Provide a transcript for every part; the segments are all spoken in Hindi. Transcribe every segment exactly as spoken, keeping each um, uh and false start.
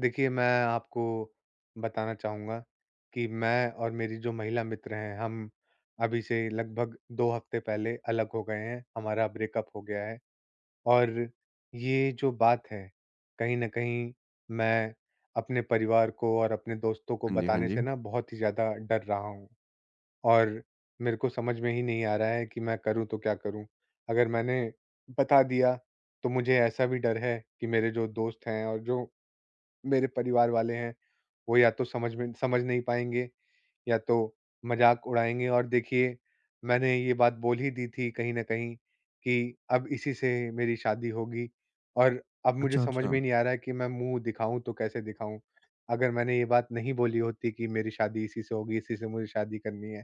देखिए, मैं आपको बताना चाहूँगा कि मैं और मेरी जो महिला मित्र हैं, हम अभी से लगभग दो हफ्ते पहले अलग हो गए हैं, हमारा ब्रेकअप हो गया है। और ये जो बात है, कहीं न कहीं मैं अपने परिवार को और अपने दोस्तों को हाँ जी, हाँ बताने से जी। ना बहुत ही ज़्यादा डर रहा हूँ। और मेरे को समझ में ही नहीं आ रहा है कि मैं करूँ तो क्या करूँ? अगर मैंने बता दिया, तो मुझे ऐसा भी डर है कि मेरे जो दोस्त हैं और जो मेरे परिवार वाले हैं, वो या तो समझ में समझ नहीं पाएँगे या तो मज़ाक उड़ाएँगे और देखिए, मैंने ये बात बोल ही दी थी कहीं न कहीं कि अब इसी से मेरी शादी होगी और अब मुझे अच्छा, समझ अच्छा। में नहीं आ रहा है कि मैं मुँह दिखाऊँ तो कैसे दिखाऊँ? अगर मैंने ये बात नहीं बोली होती कि मेरी शादी इसी से होगी, इसी से मुझे शादी करनी है,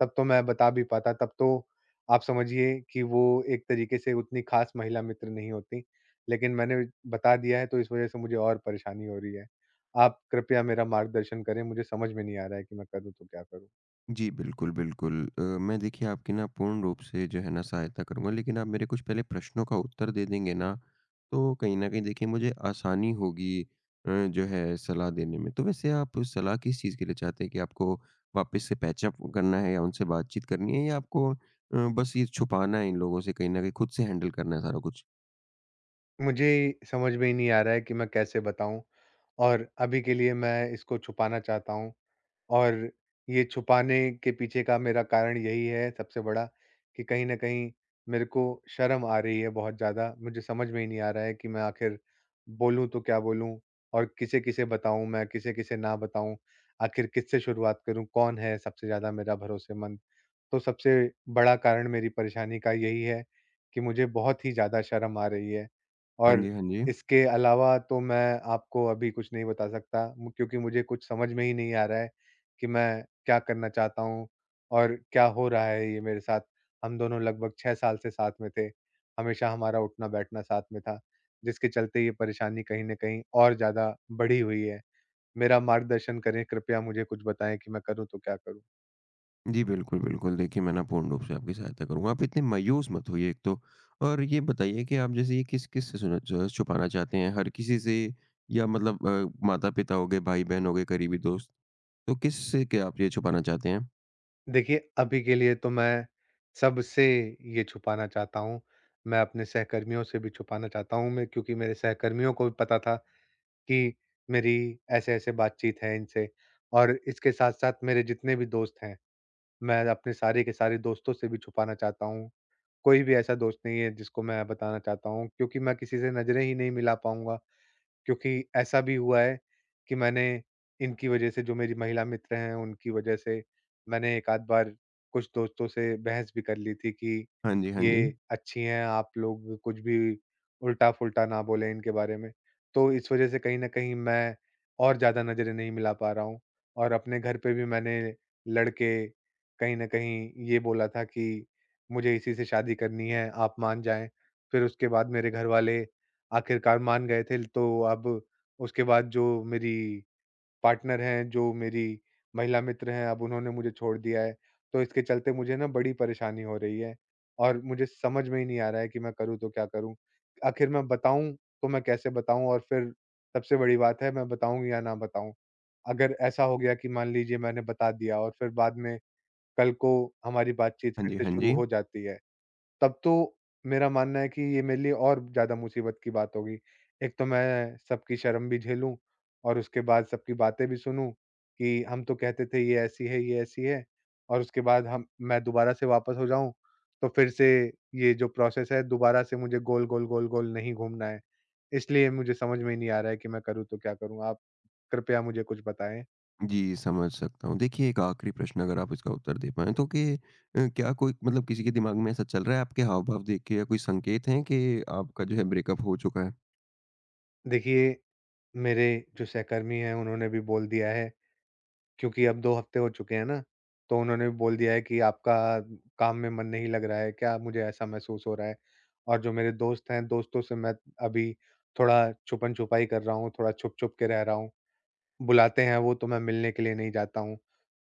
तब तो मैं बता भी पाता, तब तो आप समझिए कि वो एक तरीके से उतनी खास महिला मित्र नहीं होती। लेकिन मैंने बता दिया है तो इस वजह से मुझे और परेशानी हो रही है। आप कृपया मेरा मार्गदर्शन करें, मुझे समझ में नहीं आ रहा है कि मैं करूँ तो क्या करूँ? जी, बिल्कुल, बिल्कुल। अ, मैं देखिए आपकी ना पूर्ण रूप से जो है ना सहायता करूँगा, लेकिन आप मेरे कुछ पहले प्रश्नों का उत्तर दे देंगे ना, तो कहीं न कहीं देखिए मुझे आसानी होगी अ, जो है सलाह देने में। तो वैसे आप सलाह किस चीज़ के लिए चाहते हैं कि आपको वापस से पैचअप करना है या उनसे बातचीत करनी है या आपको अ, बस ये छुपाना है इन लोगों से कहीं न कहीं खुद से हैंडल करना है सारा कुछ? मुझे समझ में ही नहीं आ रहा है कि मैं कैसे बताऊँ? और अभी के लिए मैं इसको छुपाना चाहता हूँ। और ये छुपाने के पीछे का मेरा कारण यही है सबसे बड़ा कि कहीं न कहीं मेरे को शर्म आ रही है बहुत ज़्यादा। मुझे समझ में ही नहीं आ रहा है कि मैं आखिर बोलूँ तो क्या बोलूँ? और किसे-किसे बताऊँ मैं, किसे-किसे ना बताऊँ? आखिर किससे शुरुआत करूँ? कौन है सबसे ज़्यादा मेरा भरोसेमंद? तो सबसे बड़ा कारण मेरी परेशानी का यही है कि मुझे बहुत ही ज़्यादा शर्म आ रही है। हाँ और जी, हाँ जी। इसके अलावा तो मैं आपको अभी कुछ नहीं बता सकता मु क्योंकि मुझे कुछ समझ में ही नहीं आ रहा है कि मैं क्या करना चाहता हूँ और क्या हो रहा है ये मेरे साथ। हम दोनों लगभग छह साल से साथ में थे, हमेशा हमारा उठना-बैठना साथ में था, जिसके चलते ये परेशानी कहीं न कहीं और ज़्यादा बढ़ी हुई है। मेरा मार्गदर्शन करें, कृपया मुझे कुछ बताएँ कि मैं करूँ तो क्या करूँ? जी, बिल्कुल, बिल्कुल। देखिए, मैं ना पूर्ण रूप से आपकी सहायता करूँगा। आप इतने मायूस मत होइए एक तो, और ये बताइए कि आप जैसे ये किस-किस से सुना च छुपाना चाहते हैं? हर किसी से या मतलब अ, माता-पिता हो गए, भाई-बहन हो गए, करीबी दोस्त? तो किससे क्या आप ये छुपाना चाहते हैं? देखिए, अभी के लिए तो मैं सबसे ये छुपाना चाहता हूँ, मैं अपने सहकर्मियों से भी छुपाना चाहता हूँ मैं क्योंकि मेरे सहकर्मियों को भी पता था कि मेरी ऐसे-ऐसे बातचीत है इनसे और इसके साथ-साथ मेरे जितने भी दोस्त हैं, मैं अपने सारे के सारे दोस्तों से भी छुपाना चाहता हूँ। कोई भी ऐसा दोस्त नहीं है जिसको मैं बताना चाहता हूँ क्योंकि मैं किसी से नज़रें ही नहीं मिला पाऊँगा क्योंकि ऐसा भी हुआ है कि मैंने इनकी वजह से जो मेरी महिला मित्र हैं उनकी वजह से मैंने एक आध बार कुछ दोस्तों से बहस भी कर ली थी कि हाँ जी, हाँ ये जी। अच्छी हैं, आप लोग कुछ भी उल्टा-फुल्टा ना बोलें इनके बारे में। तो इस वजह से कहीं न कहीं मैं और ज़्यादा नज़रें नहीं मिला पा रहा हूँ और अपने घर पे भी मैंने लड़ के कहीं न कहीं ये बोला था कि मुझे इसी से शादी करनी है, आप मान जाएँ। फिर उसके बाद मेरे घरवाले आखिरकार मान गए थे। तो अब उसके बाद जो मेरी पार्टनर हैं, जो मेरी महिला मित्र हैं, अब उन्होंने मुझे छोड़ दिया है। तो इसके चलते मुझे ना बड़ी परेशानी हो रही है और मुझे समझ में ही नहीं आ रहा है कि मैं करूँ तो क्या करूँ? आखिर मैं बताऊँ तो मैं कैसे बताऊँ? और फिर सबसे बड़ी बात है, मैं बताऊँ या ना बताऊँ? अगर ऐसा हो गया कि मान लीजिए मैंने बता दिया और फिर बाद में कल को हमारी बातचीत हाँ फिर जी, से हाँ शुरू जी। हो जाती है। तब तो मेरा मानना है कि ये मेरे लिए और ज़्यादा मुसीबत की बात होगी। एक तो मैं सबकी शर्म भी झेलूँ और उसके बाद सबकी बातें भी सुनूँ कि हम तो कहते थे ये ऐसी है, ये ऐसी है, और उसके बाद हम मैं दोबारा से वापस हो जाऊँ, तो फिर से ये जो प्रोसेस है, दोबारा से मुझे गोल, गोल, गोल, गोल नहीं घूमना है। इसलिए मुझे समझ में ही नहीं आ रहा है कि मैं करूँ तो क्या करूँ? आप कृपया मुझे कुछ बताएँ। जी, समझ सकता हूँ। देखिए, एक आखिरी प्रश्न अगर आप इसका उत्तर दे पाएँ तो कि अ, क्या कोई मतलब किसी के दिमाग में ऐसा चल रहा है आपके हाव-भाव देख के, या कोई संकेत हैं कि आपका जो है ब्रेकअप हो चुका है? देखिए, मेरे जो सहकर्मी हैं उन्होंने भी बोल दिया है क्योंकि अब दो हफ्ते हो चुके हैं ना, तो उन्होंने भी बोल दिया है कि आपका काम में मन नहीं लग रहा है क्या? मुझे ऐसा महसूस हो रहा है। और जो मेरे दोस्त हैं, दोस्तों से मैं अभी थोड़ा छुपन-छुपाई कर रहा हूँ, थोड़ा छुप-छुप के रह रहा हूँ। बुलाते हैं वो, तो मैं मिलने के लिए नहीं जाता हूँ।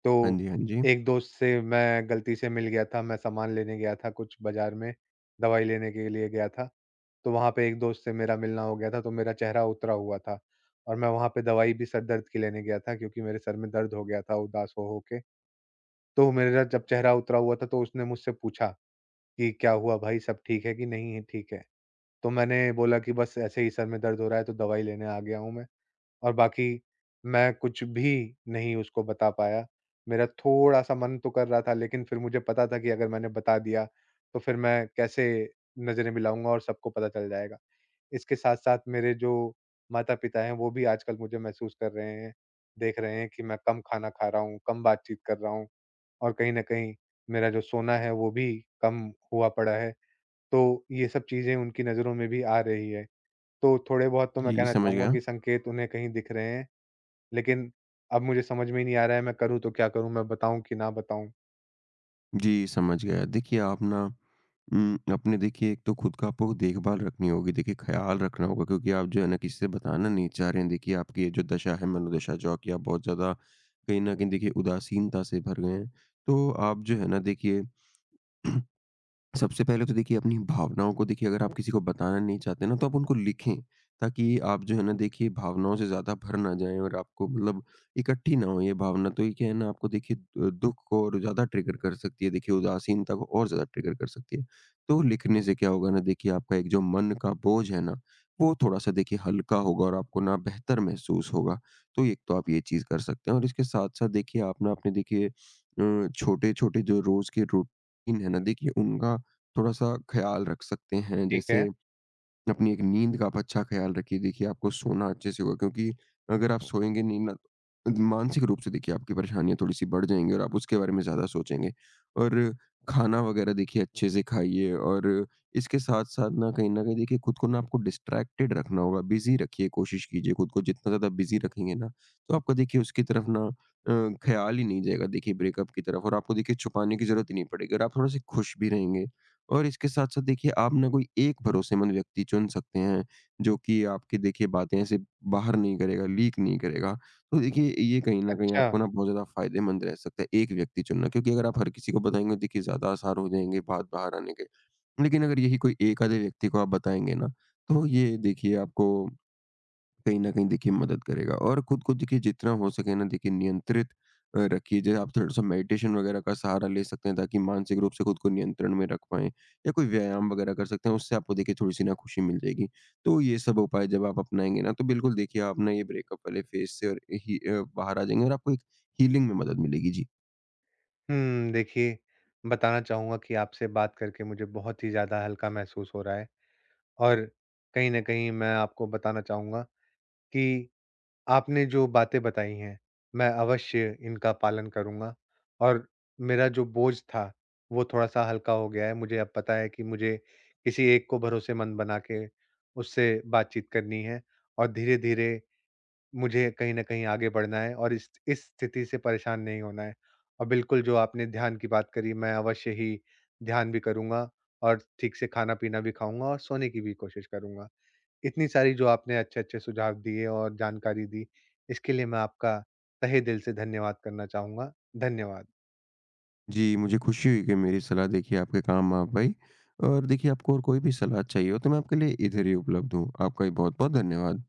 तो हाँ जी, हाँ जी। एक दोस्त से मैं गलती से मिल गया था, मैं सामान लेने गया था कुछ बाज़ार में, दवाई लेने के लिए गया था। तो वहाँ पे एक दोस्त से मेरा मिलना हो गया था, तो मेरा चेहरा उतरा हुआ था और मैं वहाँ पे दवाई भी सर दर्द की लेने गया था क्योंकि मेरे सर में दर्द हो गया था उदास हो-हो के। तो मेरा जब चेहरा उतरा हुआ था तो उसने मुझसे पूछा कि, "क्या हुआ भाई, सब ठीक है कि नहीं है ठीक है?" तो मैंने बोला कि, "बस ऐसे ही सर में दर्द हो रहा है तो दवाई लेने आ गया हूँ मैं।" और बाकी मैं कुछ भी नहीं उसको बता पाया। मेरा थोड़ा-सा मन तो कर रहा था, लेकिन फिर मुझे पता था कि अगर मैंने बता दिया, तो फिर मैं कैसे नज़रें मिलाऊँगा और सबको पता चल जाएगा। इसके साथ-साथ मेरे जो माता-पिता हैं, वो भी आजकल मुझे महसूस कर रहे हैं, देख रहे हैं कि मैं कम खाना खा रहा हूँ, कम बातचीत कर रहा हूँ और कहीं न कहीं मेरा जो सोना है, वो भी कम हुआ पड़ा है। तो ये सब चीज़ें उनकी नज़रों में भी आ रही है। तो थोड़े बहुत तो मैं जी, कहना समझ चाहूँगा गया। कि संकेत उन्हें कहीं दिख रहे हैं, लेकिन अब मुझे समझ में ही नहीं आ रहा है, मैं करूँ तो क्या करूँ? मैं बताऊँ कि ना बताऊँ? जी, समझ गया। देखिए, आप ना उम, अपने देखिए एक तो खुद का आपको देखभाल रखनी होगी, देखिए ख़्याल रखना होगा क्योंकि आप जो है ना किसी से बताना नहीं चाह रहे हैं। देखिए आपकी ये जो दशा है, मनोदशा जो कि आप बहुत ज़्यादा कहीं न कहीं देखिए उदासीनता से भर गए हैं। तो आप जो है ना देखिए सबसे पहले तो देखिए अपनी भावनाओं को, देखिए अगर आप किसी को बताना नहीं चाहते ना, तो आप उनको लिखें, ताकि आप जो है ना देखिए भावनाओं से ज़्यादा भर ना जाएं और आपको मतलब इकट्ठी ना हो ये भावना। तो ये क्या है ना, आपको देखिए दु- दुख को और ज़्यादा ट्रिगर कर सकती है, देखिए उदासीनता को और ज़्यादा ट्रिगर कर सकती है। तो लिखने से क्या होगा ना, देखिए आपका एक जो मन का बोझ है ना, वो थोड़ा सा देखिए हल्का होगा और आपको ना बेहतर महसूस होगा। तो एक तो आप ये चीज़ कर सकते हैं, और इसके साथ साथ देखिए आप ना अपने देखिए छोटे छोटे जो रोज़ के रूटीन है ना देखिए उनका थोड़ा-सा ख़्याल रख सकते हैं। ठीक है। जैसे अपनी एक नींद का आप अच्छा ख़्याल रखिए। देखिए आपको सोना अच्छे से होगा, क्योंकि अगर आप सोएँगे नहीं ना, तो मानसिक रूप से देखिए आपकी परेशानियाँ थोड़ी-सी बढ़ जाएँगी और आप उसके बारे में ज़्यादा सोचेंगे। और खाना वग़ैरह देखिए अच्छे से खाइए, और इसके साथ-साथ ना कहीं न कहीं देखिए खुद को ना आपको डिस्ट्रैक्टेड रखना होगा। बिज़ी रखिए, कोशिश कीजिए, खुद को जितना ज़्यादा बिज़ी रखेंगे ना, तो आपका देखिए उसकी तरफ ना अ, ख़्याल ही नहीं जाएगा देखिए ब्रेकअप की तरफ, और आपको देखिए छुपाने की ज़रूरत ही नहीं पड़ेगी और आप थोड़े-से खुश भी रहेंगे। और इसके साथ-साथ देखिए आप ना कोई एक भरोसेमंद व्यक्ति चुन सकते हैं, जो कि आपकी देखिए बातें ऐसे बाहर नहीं करेगा, लीक नहीं करेगा। तो देखिए ये कहीं न कहीं अच्छा। आपको ना बहुत ज़्यादा फ़ायदेमंद रह सकता है, एक व्यक्ति चुनना, क्योंकि अगर आप हर किसी को बताएँगे तो देखिए ज़्यादा आसार हो जाएँगे बात बाहर आने के। लेकिन अगर यही कोई एक आधे व्यक्ति को आप बताएँगे ना, तो ये देखिए आपको कहीं न कहीं देखिए मदद करेगा। और खुद को देखिए जितना हो सके ना देखिए नियंत्रित अ, रखिए। जैसे आप थोड़ा-सा मेडिटेशन वगैरह का सहारा ले सकते हैं, ताकि मानसिक रूप से खुद को नियंत्रण में रख पाएँ, या कोई व्यायाम वगैरह कर सकते हैं, उससे आपको देखिए थोड़ी-सी ना खुशी मिल जाएगी। तो ये सब उपाय जब आप अपनाएँगे ना, तो बिल्कुल देखिए आप ना ये ब्रेकअप वाले फेज़ से और ही अ, बाहर आ जाएँगे और आपको एक हीलिंग में मदद मिलेगी। जी। हुँ, देखिए, बताना चाहूँगा कि आपसे बात करके मुझे बहुत ही ज़्यादा हल्का महसूस हो रहा है। और कहीं न कहीं मैं आपको बताना चाहूँगा कि आपने जो बातें बताई हैं, मैं अवश्य इनका पालन करूँगा और मेरा जो बोझ था, वो थोड़ा-सा हल्का हो गया है। मुझे अब पता है कि मुझे किसी एक को भरोसेमंद बना के उससे बातचीत करनी है और धीरे-धीरे मुझे कहीं न कहीं आगे बढ़ना है और इस इस स्थिति से परेशान नहीं होना है। और बिल्कुल जो आपने ध्यान की बात करी, मैं अवश्य ही ध्यान भी करूँगा और ठीक से खाना-पीना भी खाऊँगा और सोने की भी कोशिश करूँगा। इतनी सारी जो आपने अच्छे-अच्छे सुझाव दिए और जानकारी दी, इसके लिए मैं आपका तहे दिल से धन्यवाद करना चाहूँगा। धन्यवाद। जी, मुझे खुशी हुई कि मेरी सलाह देखिए आपके काम आ पाई, और देखिए आपको और कोई भी सलाह चाहिए हो तो मैं आपके लिए इधर ही उपलब्ध हूँ। आपका भी बहुत-बहुत धन्यवाद।